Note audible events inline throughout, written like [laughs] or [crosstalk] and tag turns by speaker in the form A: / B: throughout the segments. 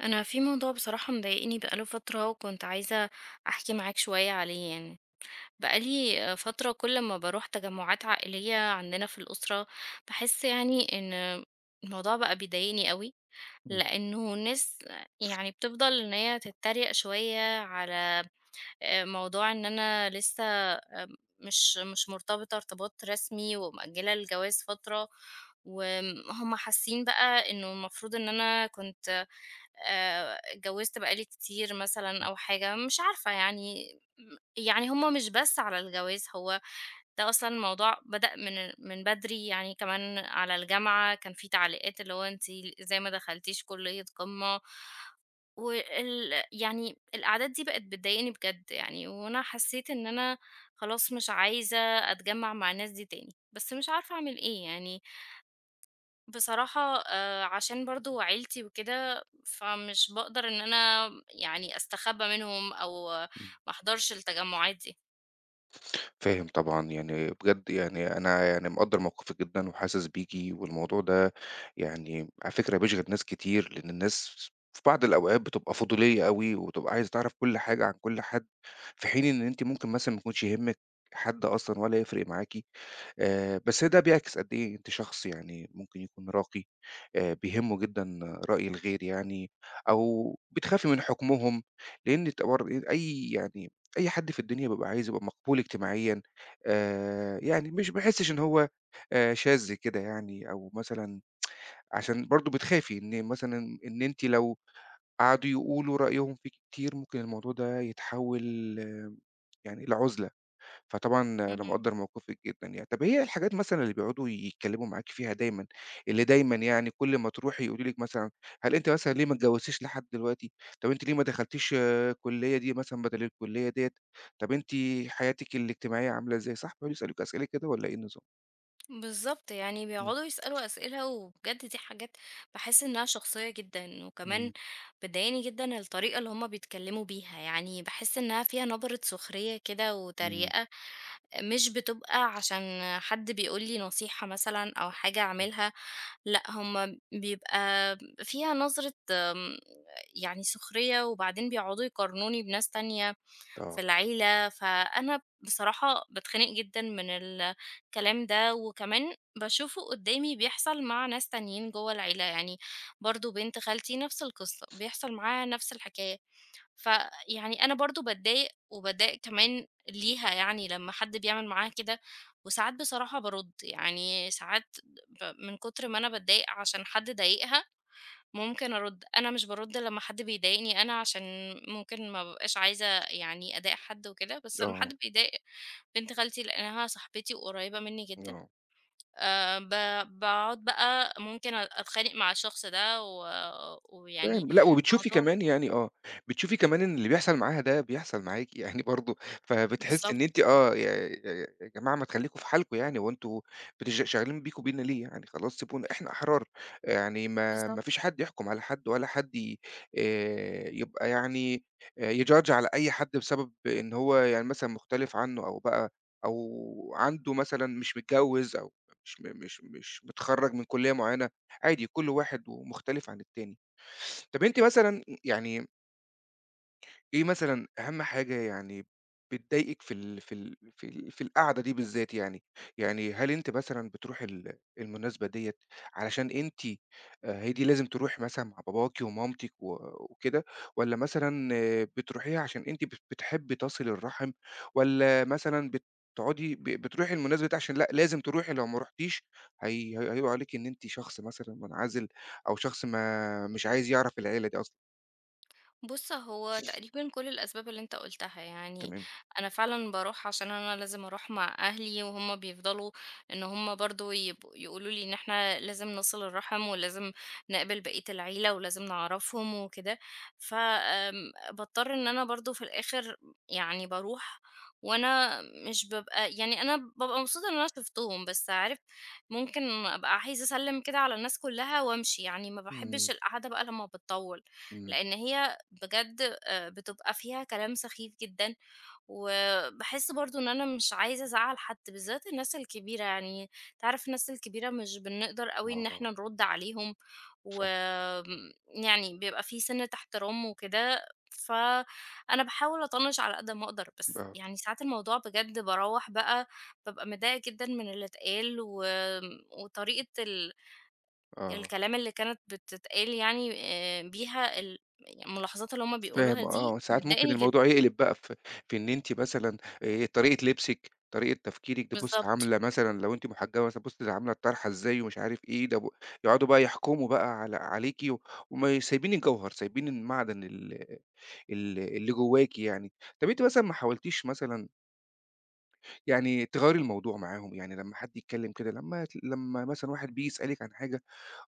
A: أنا في موضوع بصراحة مضايقني بقاله فترة وكنت عايزة أحكي معاك شوية عليه يعني. بقالي فترة كل ما بروح تجمعات عائلية عندنا في الأسرة بحس يعني إن الموضوع بقى بيضايقني قوي،
B: إمم،
A: لأنه الناس يعني بتفضل إن هي تتريق شوية على موضوع إن أنا لسه، مش مرتبطة ارتباط رسمي ومأجلة الجواز فترة، وهم حاسين بقى انه المفروض ان انا كنت اتجوّزت بقى لي كتير مثلًا
B: إمم،
A: أو حاجة. مش عارفة يعني يعني هم مش بس على الجواز، هو ده أصلًا. الموضوع بدأ من بدري، يعني كمان على الجامعة كان في تعليقات اللي هو أنتِ إزاي ما دخلتيش كلية قمة، وال يعني القعدات دي بقت بتضايقني بجد يعني، وأنا حسّيت إن أنا خلاص مش عايزة أتجمّع مع الناس دي تاني، بس مش عارفة أعمل إيه يعني. بصراحة عشان برضه عيلتي وكده، فمش باقدر إن أنا يعني أستخبى منهم أو
B: إمم.
A: ما أحضرش التجمعات دي.
B: فاهم طبعًا، يعني بجد يعني أنا يعني مقدّر موقفِك جدًا وحاسس بيكِ، والموضوع ده يعني على فكرة بيشغِل ناس كتير، لإن الناس في بعض الأوقات بتبقى فضولية أوي، وتبقى عايزة تعرف كل حاجة عن كل حد، في حين إن أنتِ ممكن مثلًا ما يكونش يهمِّك حد أصلًا ولا يفرق معاكِ. بس ده بيعكس قد إيه أنتِ شخص يعني ممكن يكون راقي، بيهمه جدًا رأي الغير يعني، أو بتخافي من حكمهم، لأن برضه أي حد في الدنيا بيبقى عايز يبقى مقبول اجتماعيًا، يعني مش ما يحسش إن هو شاذ كده يعني، أو مثلًا عشان برضه بتخافي إن مثلًا إن أنتِ لو قعدوا يقولوا رأيهم فيكِ كتير، ممكن الموضوع ده يتحول يعني لعُزلة. فطبعًا أنا
A: اهم.
B: مقدّر موقفِك جدًا يعني. طَب هي الحاجات مثلًا اللي بيقعدوا يتكلّموا معاكِ فيها دايمًا، اللي دايمًا يعني كل ما تروحي يقولوا لِك مثلًا هل أنتِ مثلًا ليه ما اتجوّزتيش لحد دلوقتي؟ طَب أنتِ ليه ما دخلتيش الكلية دي مثلًا بدل الكلية ديّة؟ طَب أنتِ حياتِك الاجتماعية عاملة إزاي؟ صح بيقعدوا يسألوكِ أسئلة كده والّا إيه النظام؟
A: بالضبط، يعني
B: إمم،
A: بيقعدوا يسألوا أسئلة وبجد دي حاجات باحس إنها شخصية جدًا، وكمان
B: إمم،
A: بتضايقني جدًا الطريقة اللي هُم بيتكلموا بيها، يعني باحس إنها فيها نبرة سخرية كده
B: إمم،
A: وتريقة. مش بتبقى عشان حد بيقول لي نصيحة مثلًا أو حاجة
B: إمم.
A: أعملها، لأ هم بيبقى فيها نظرة، يعني سخرية، وبعدين بيقعدوا يقارنوني بناس تانية في
B: آه،
A: العيلة، فأنا بصراحة باتخنق جدًا من الكلام ده، وكمان باشوفه قدامي بيحصل مع ناس تانيين جوّه العيلة، يعني برضه بنت خالتي نفس القصة، بيحصل معاها نفس الحكاية. فيعني أنا برضه باتضايق وباتضايق كمان ليها يعني لمّا حد بيعمل معاها كده، وساعات بصراحة بارُد، يعني ساعات من كتر ما أنا باتضايق عشان حد ضايقها، ممكن أرُد. أنا مش بارُد لمّا حد بيضايقني أنا، عشان ممكن ما بابقاش عايزة يعني أضايق حد وكده، بس لمّا
B: آه،
A: حد بيضايق بنت خالتي لأنها صاحبتي وقريّبة منّي جدًا،
B: آه.
A: ب باقعد بقى ممكن أتخانق مع الشخص ده و ويعني
B: فاهم، لأ وبتشوفي
A: موضوع.
B: كمان يعني بتشوفي كمان إن اللي بيحصل معاها ده بيحصل معاكِ [laughs] يعني برضه، فبتحسّي
A: بالضبط،
B: إن أنتِ يا جماعة ما تخلّيكم في حالكم يعني، هو أنتم شغالين بيكم بينا ليه يعني، خلاص سيبونا إحنا أحرار، يعني ما
A: بالضبط.
B: فيش حد يحكم على حد ولا حد ي يبقى يعني يjudge على أي حد بسبب إن هو يعني مثلًا مختلف عنّه أو عنده مثلًا مش متجوّز أو مش م مش مش متخرّج من كُلّية معيّنة، عادي كل واحد ومختلف عن التاني. طب أنتِ مثلًا يعني إيه مثلًا أهم حاجة يعني بتضايقِك في القعدة دي بالذات يعني؟ يعني هل أنتِ مثلًا بتروحي المناسبة ديّة علشان أنتِ هي دي لازم تروحي مثلًا مع باباكِ ومامتِك وكده، والّا مثلًا بتروحيها عشان أنتِ بتحبي تصِلي الرحم، والّا مثلًا بتقعدي ب بتروحي المناسبة دي عشان لأ لازم تروحي لو ما رُحتيش هي هيقولوا عليكِ إن أنتِ شخص مثلًا منعزل أو شخص ما مش عايز يعرف العيلة دي أصلًا؟
A: بُص، هو تقريبًا كل الأسباب اللي أنت قُلتها، يعني
B: تمام.
A: أنا فعلًا باروح عشان أنا لازم أروح مع أهلي، وهُم بيفضلوا إن هُم برضه يبقوا يقولوا لي إن إحنا لازم نصِل الرحم، ولازم نقابل بقية العيلة، ولازم نعرفهم وكده. ف باضطر إن أنا برضه في الآخر يعني باروح، وأنا مش بابقى يعني أنا بابقى مبسوطة إن أنا شُفتهم، بس عارف ممكن أبقى عايزة أسلِّم كده على الناس كلّها وأمشي، يعني ما باحبش
B: إمم،
A: القعدة بقى لمّا بتطوِّل،
B: إمم،
A: لإن هي بجد بتبقى فيها كلام سخيف جدًا، وباحس برضه إن أنا مش عايزة أزعّل حد، بالذات الناس الكبيرة. يعني أنت عارف الناس الكبيرة مش بنقدر أوي إن
B: آه،
A: إحنا نرُد عليهم،
B: صح،
A: وآمم يعني بيبقى في سِنّة احترام وكده، فأنا باحاول أطنّش على قد ما أقدر، بس
B: آه،
A: يعني ساعات الموضوع بجد باروّح بقى بابقى متضايقة جدًا من اللي اتقال و وطريقة ال
B: آه،
A: الكلام اللي كانت بتتقال، يعني بيها ال يعني الملاحظات اللي هُم بيقولوها
B: فاهم.
A: دي
B: ساعات ممكن
A: بتضايقني جدًا.
B: الموضوع يقلب بقى في إن أنتِ مثلًا طريقة لبسِك، طريقة تفكيرِك، ده بُص
A: بالضبط.
B: عاملة مثلًا لو أنتِ محجبة مثلًا، بُص دي عاملة الطرحة إزاي ومش عارف إيه، ده يقعدوا بقى يحكموا بقى عليكِ وما سايبين الجوهر، سايبين المعدن ال ال اللي جواكِ يعني. طب أنتِ مثلًا ما حاولتيش مثلًا يعني تغيّري الموضوع معاهم، يعني لمّا حد يتكلّم كده لمّا مثلًا واحد بييجي يسألِك عن حاجة،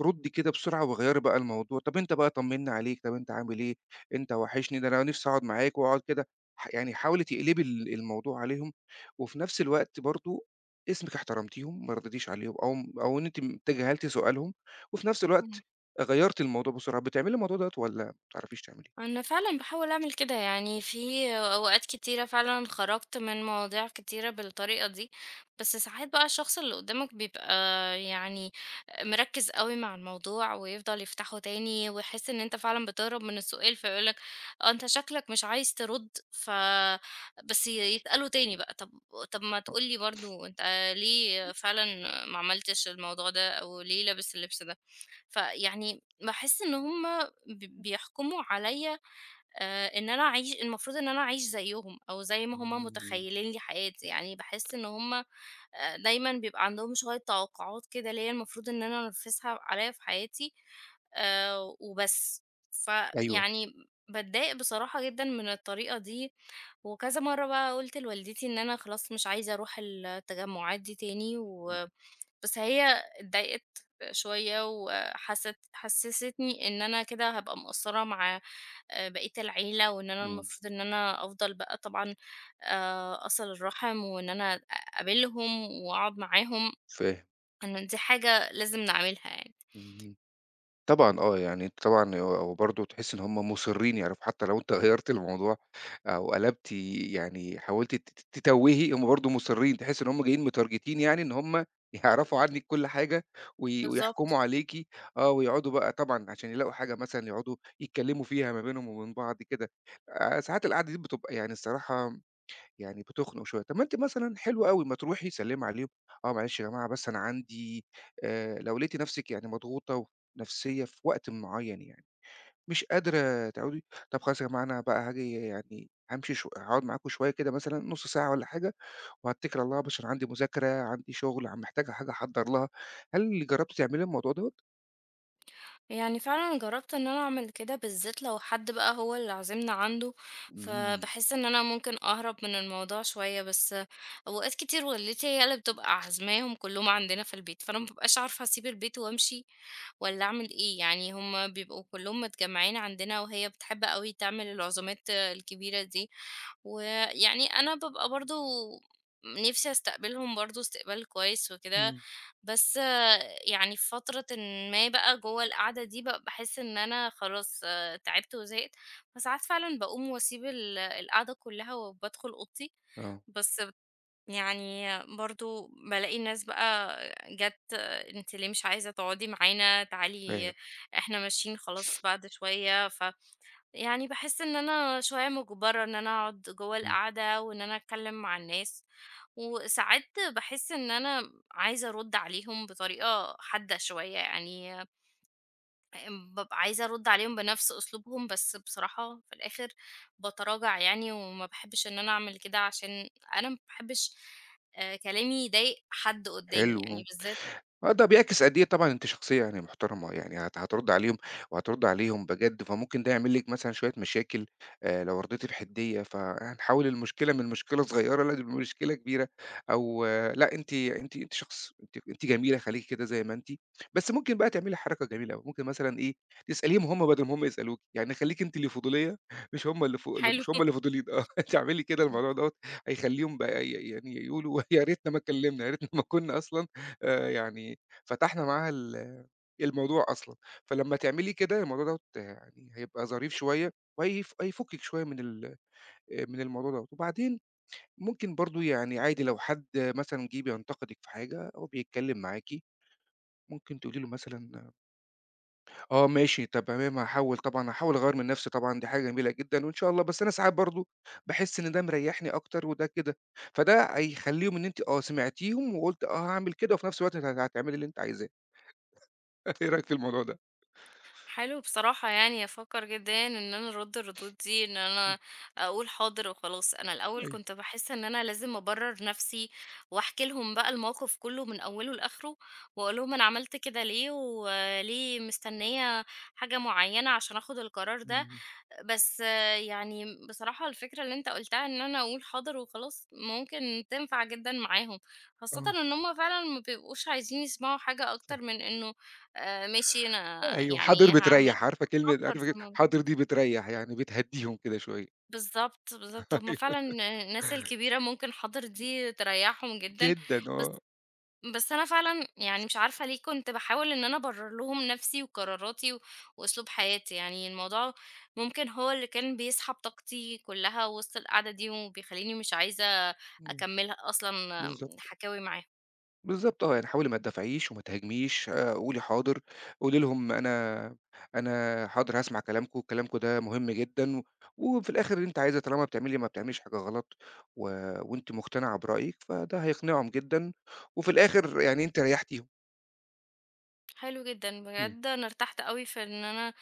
B: ردّي كده بسرعة وغيّري بقى الموضوع، طَب أنت بقى طمّنا عليك، طَب أنت عامل إيه، أنت وحشني، ده أنا نِفْسي أقعد معاك واقعد كده يعني حاولي تقلبي الموضوع عليهم، وفي نَفْس الوقت برضه اسمِك احترمتيهم، ما رديتيش عليهم أو إن أنتِ تجاهلتِ سؤالهم، وفي نَفْس
A: اهم.
B: الوقت غيّرتِ الموضوع بسرعة، بتعملي الموضوع دوّة والّا ما بتعرفيش تعمليه؟
A: أنا فعلًا باحاول أعمل كده، يعني في أوقات كتيرة فعلًا خرجت من مواضيع كتيرة بالطريقة دي، بس ساعات بقى الشخص اللي قدامك بيبقى يعني مركّز أوي مع الموضوع ويفضل يفتحه تاني ويحس إن أنت فعلًا بتهرب من السؤال، فيقول لك آه، أنت شكلك مش عايز ترُد، ف بس يسأله تاني بقى. طب ما تقول لي برضه أنت ليه فعلًا ما عملتش الموضوع ده أو ليه لابس اللبس ده؟ فيعني باحس إن هُم ب بيحكموا عليَّ، إن أنا أعيش المفروض إن أنا أعيش زيّهم أو زي ما هم
B: إمم.
A: متخيّلين لي حياتي، يعني باحس إن هم دايمًا بيبقى عندهم شوية توقعات كده ليّا المفروض إن أنا أنفذها عليّا في حياتي وبس.
B: أيوه.
A: فيعني باتضايق بصراحة جدًا من الطريقة دي، وكذا مرّة بقى قُلت لوالدتي إن أنا خلاص مش عايزة أروح التجمعات دي تاني و
B: إمم.
A: بس هي اتضايقت شوية وحست حسّستني إن أنا كده هابقى مقصّرة مع بقية العيلة، وإن أنا
B: إمم.
A: المفروض إن أنا أفضل بقى طبعًا أصِل الرحم، وإن أنا أقابلهم وأقعد معاهم.
B: فاهم.
A: أنا دي حاجة لازم نعملها يعني.
B: اهم. طبعًا يعني أنت طبعًا وبرضه تحس إن هم مُصرّين يعرفوا حتى لو أنت [laughs] غيّرت الموضوع أو قلبتِ يعني حاولتِ ت ت تتوّهي، هم برضه مُصرّين، تحس إن هم جايين متارجتين يعني إن هم [laughs] يعرفوا عنِّك كل حاجة
A: بالضبط.
B: ويحكموا عليكِ، ويقعدوا بقى طبعًا عشان يلاقوا حاجة مثلًا يقعدوا يتكلّموا فيها ما بينهم وبين بعض كده. ساعات القعدة دي بتبقى يعني الصراحة يعني بتخنق شوية. طب ما أنتِ مثلًا حلو أوي، ما تروحي سلِّمي عليهم، آه معلش يا جماعة بس أنا عندي لو لقيتِ نفسِك يعني مضغوطة نفسيًا في وقت معيّن يعني، مش قادرة تقعدي، طب خلاص يا جماعة أنا بقى هاجي يعني هامشي هاقعد معاكم شوية كده مثلًا نُص ساعة والّا حاجة وهاتَّكل على الله بس عشان عندي مذاكرة، عندي شغل، محتاجة حاجة أحضّر لها. هل جرّبتِ تعملي الموضوع دوّة؟
A: يعني فعلًا جرّبت إن أنا أعمل كده، بالذات لو حد بقى هو اللي عازمنا عنده،
B: إمم،
A: فباحس إن أنا ممكن أهرب من الموضوع شوية، بس أوقات كتير والدتي هي اللي بتبقى عازماهم كلّهم عندنا في البيت، فأنا ما بابقاش عارفة أسيب البيت وأمشي والّا أعمل إيه، يعني هم بيبقوا كلّهم متجمّعين عندنا وهي بتحب أوي تعمل العزومات الكبيرة دي، ويعني أنا بابقى برضه نفسي أستقبلهم برضه استقبال كويس وكده.
B: إمم.
A: بس آه، يعني في فترةٍ ما بقى جوّه القعدة دي ب باحس إن أنا خلاص تعبت وزهقت، فساعات فعلًا باقوم واسيب ال القعدة كلّها وبادخل أوضتي،
B: آه،
A: بس يعني برضه بالاقي الناس بقى جات "أنتِ ليه مش عايزة تقعدي معانا؟ تعالي
B: فاهم،
A: إحنا ماشيين خلاص بعد شوية." ف يعني باحس إن أنا شوية مُجبرة إن أنا أقعد جوّه
B: إمم.
A: القعدة وإن أنا أتكلّم مع الناس. وساعات باحس إن أنا عايزة أرُدّ عليهم بطريقة حادة شوية، يعني بابقى عايزة أرُدّ عليهم بنفس أسلوبهم، بس بصراحة في الآخر باتراجع يعني وما باحبش إن أنا أعمل كده، عشان أنا ما باحبش كلامي يضايق حد قُدّامي يعني
B: حلو.
A: بالذات.
B: آه، ده بيعكس قد إيه طبعًا أنتِ شخصية يعني محترمة، يعني هترُدّي عليهم وهترُدّي عليهم بجد، فممكن ده يعمل لِك مثلًا شوية مشاكل لو رضيتِ بحدية، فهنحوّل المشكلة من مشكلة صغيرة لمشكلة كبيرة أو لأ أنتِ أنتِ أنتِ شخص أنتِ أنتِ جميلة خليكِ كده زي ما أنتِ، بس ممكن بقى تعملي حركة جميلة أوي، ممكن مثلًا إيه، تسأليهم هم بدل ما هم يسألوكِ، يعني خليكِ أنتِ اللي فضولية مش هم اللي ف
A: حلو
B: مش
A: [laughs]
B: هم اللي فضوليين، [laughs] تعملي كده الموضوع دوّة هيخلّيهم بقى يعني يقولوا [laughs] يا ريتنا ما اتكلّمنا، يا ريتنا ما كُنّا أصلًا يعني فتحنا معاها الموضوع أصلًا، فلمّا تعملي كده الموضوع دوّة يعني هيبقى ظريف شوية هيفُكِّك شوية من الموضوع دوّة، وبعدين ممكن برضه يعني عادي لو حد مثلًا جِه بينتقدِك في حاجة أو بيتكلّم معاكِ، ممكن تقولي له مثلًا آه ماشي طب تمام هاحاول طبعًا هاحاول أغيّر من نَفْسي طبعًا دي حاجة جميلة جدًا وإن شاء الله، بس أنا ساعات برضه باحس إن ده مريّحني أكتر وده كده، فده هيخلّيهم إن أنتِ سمعتيهم وقُلتِ آه هاعمل كده وفي نَفْس الوقت هتعملي اللي أنتِ عايزاه. [laughs] إيه رأيك في الموضوع ده؟
A: حلو بصراحة، يعني أفكر جدا إن أنا أرد الردود دي، إن
B: إمم،
A: أنا أقول حاضر وخلاص. أنا الأول
B: أيوه،
A: كنت بحس إن أنا لازم أبرر نفسي وأحكي لهم بقى الموقف كله من أوله لآخره، وأقول لهم أنا عملت كده ليه وليه مستنية حاجة معينة عشان أخد القرار ده.
B: إمم،
A: بس آه، يعني بصراحة الفكرة اللي أنت قُلتها إن أنا أقول حاضر وخلاص، ممكن تنفع جدًا معاهم، خاصةً
B: آه،
A: إن هُم فعلًا ما بيبقوش عايزين يسمعوا حاجة أكتر
B: صح.
A: من إنه ماشي أنا
B: أيوه حاضر
A: يعني هاعمل
B: بتريّح، عارفة كلمة
A: أفكّر في
B: عارفة كده
A: الموضوع.
B: حاضر دي بتريّح، يعني بتهدّيهم كده شوية
A: بالضبط،
B: [laughs]
A: بالضبط، هُم
B: أيوه
A: فعلًا الناس الكبيرة ممكن حاضر دي تريّحهم جدًا،
B: جدًا آه.
A: بس بس أنا فعلًا يعني مش عارفة ليه كنت باحاول إن أنا أبرر لهم نفسي وقراراتي و وأسلوب حياتي، يعني الموضوع ممكن هو اللي كان بيسحب طاقتي كلها وسط القعدة دي، وبيخلّيني مش عايزة
B: إمم.
A: أكملها أصلًا
B: بالضبط،
A: حكاوي معاهم.
B: بالضبط، يعني حاولي ما تدافعيش وما تهاجميش، قولي حاضر، قولي لهم أنا حاضر هاسمع كلامكم، كلامكم ده مهم جدًا، وفي الآخر اللي أنتِ عايزاه طالما بتعملي ما بتعمليش حاجة غلط، و وأنتِ مقتنعة برأيِك، فده هيقنعهم جدًا، وفي الآخر يعني أنتِ ريّحتيهم.
A: حلو جدًا،
B: إمم.
A: بجد أنا ارتحت أوي في إن أنا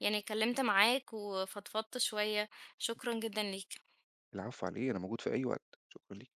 A: يعني اتكلمت معاك وفضفضت شوية، شكرًا جدًا ليك.
B: العفو على إيه، أنا موجود في أي وقت، شكرًا ليكِ.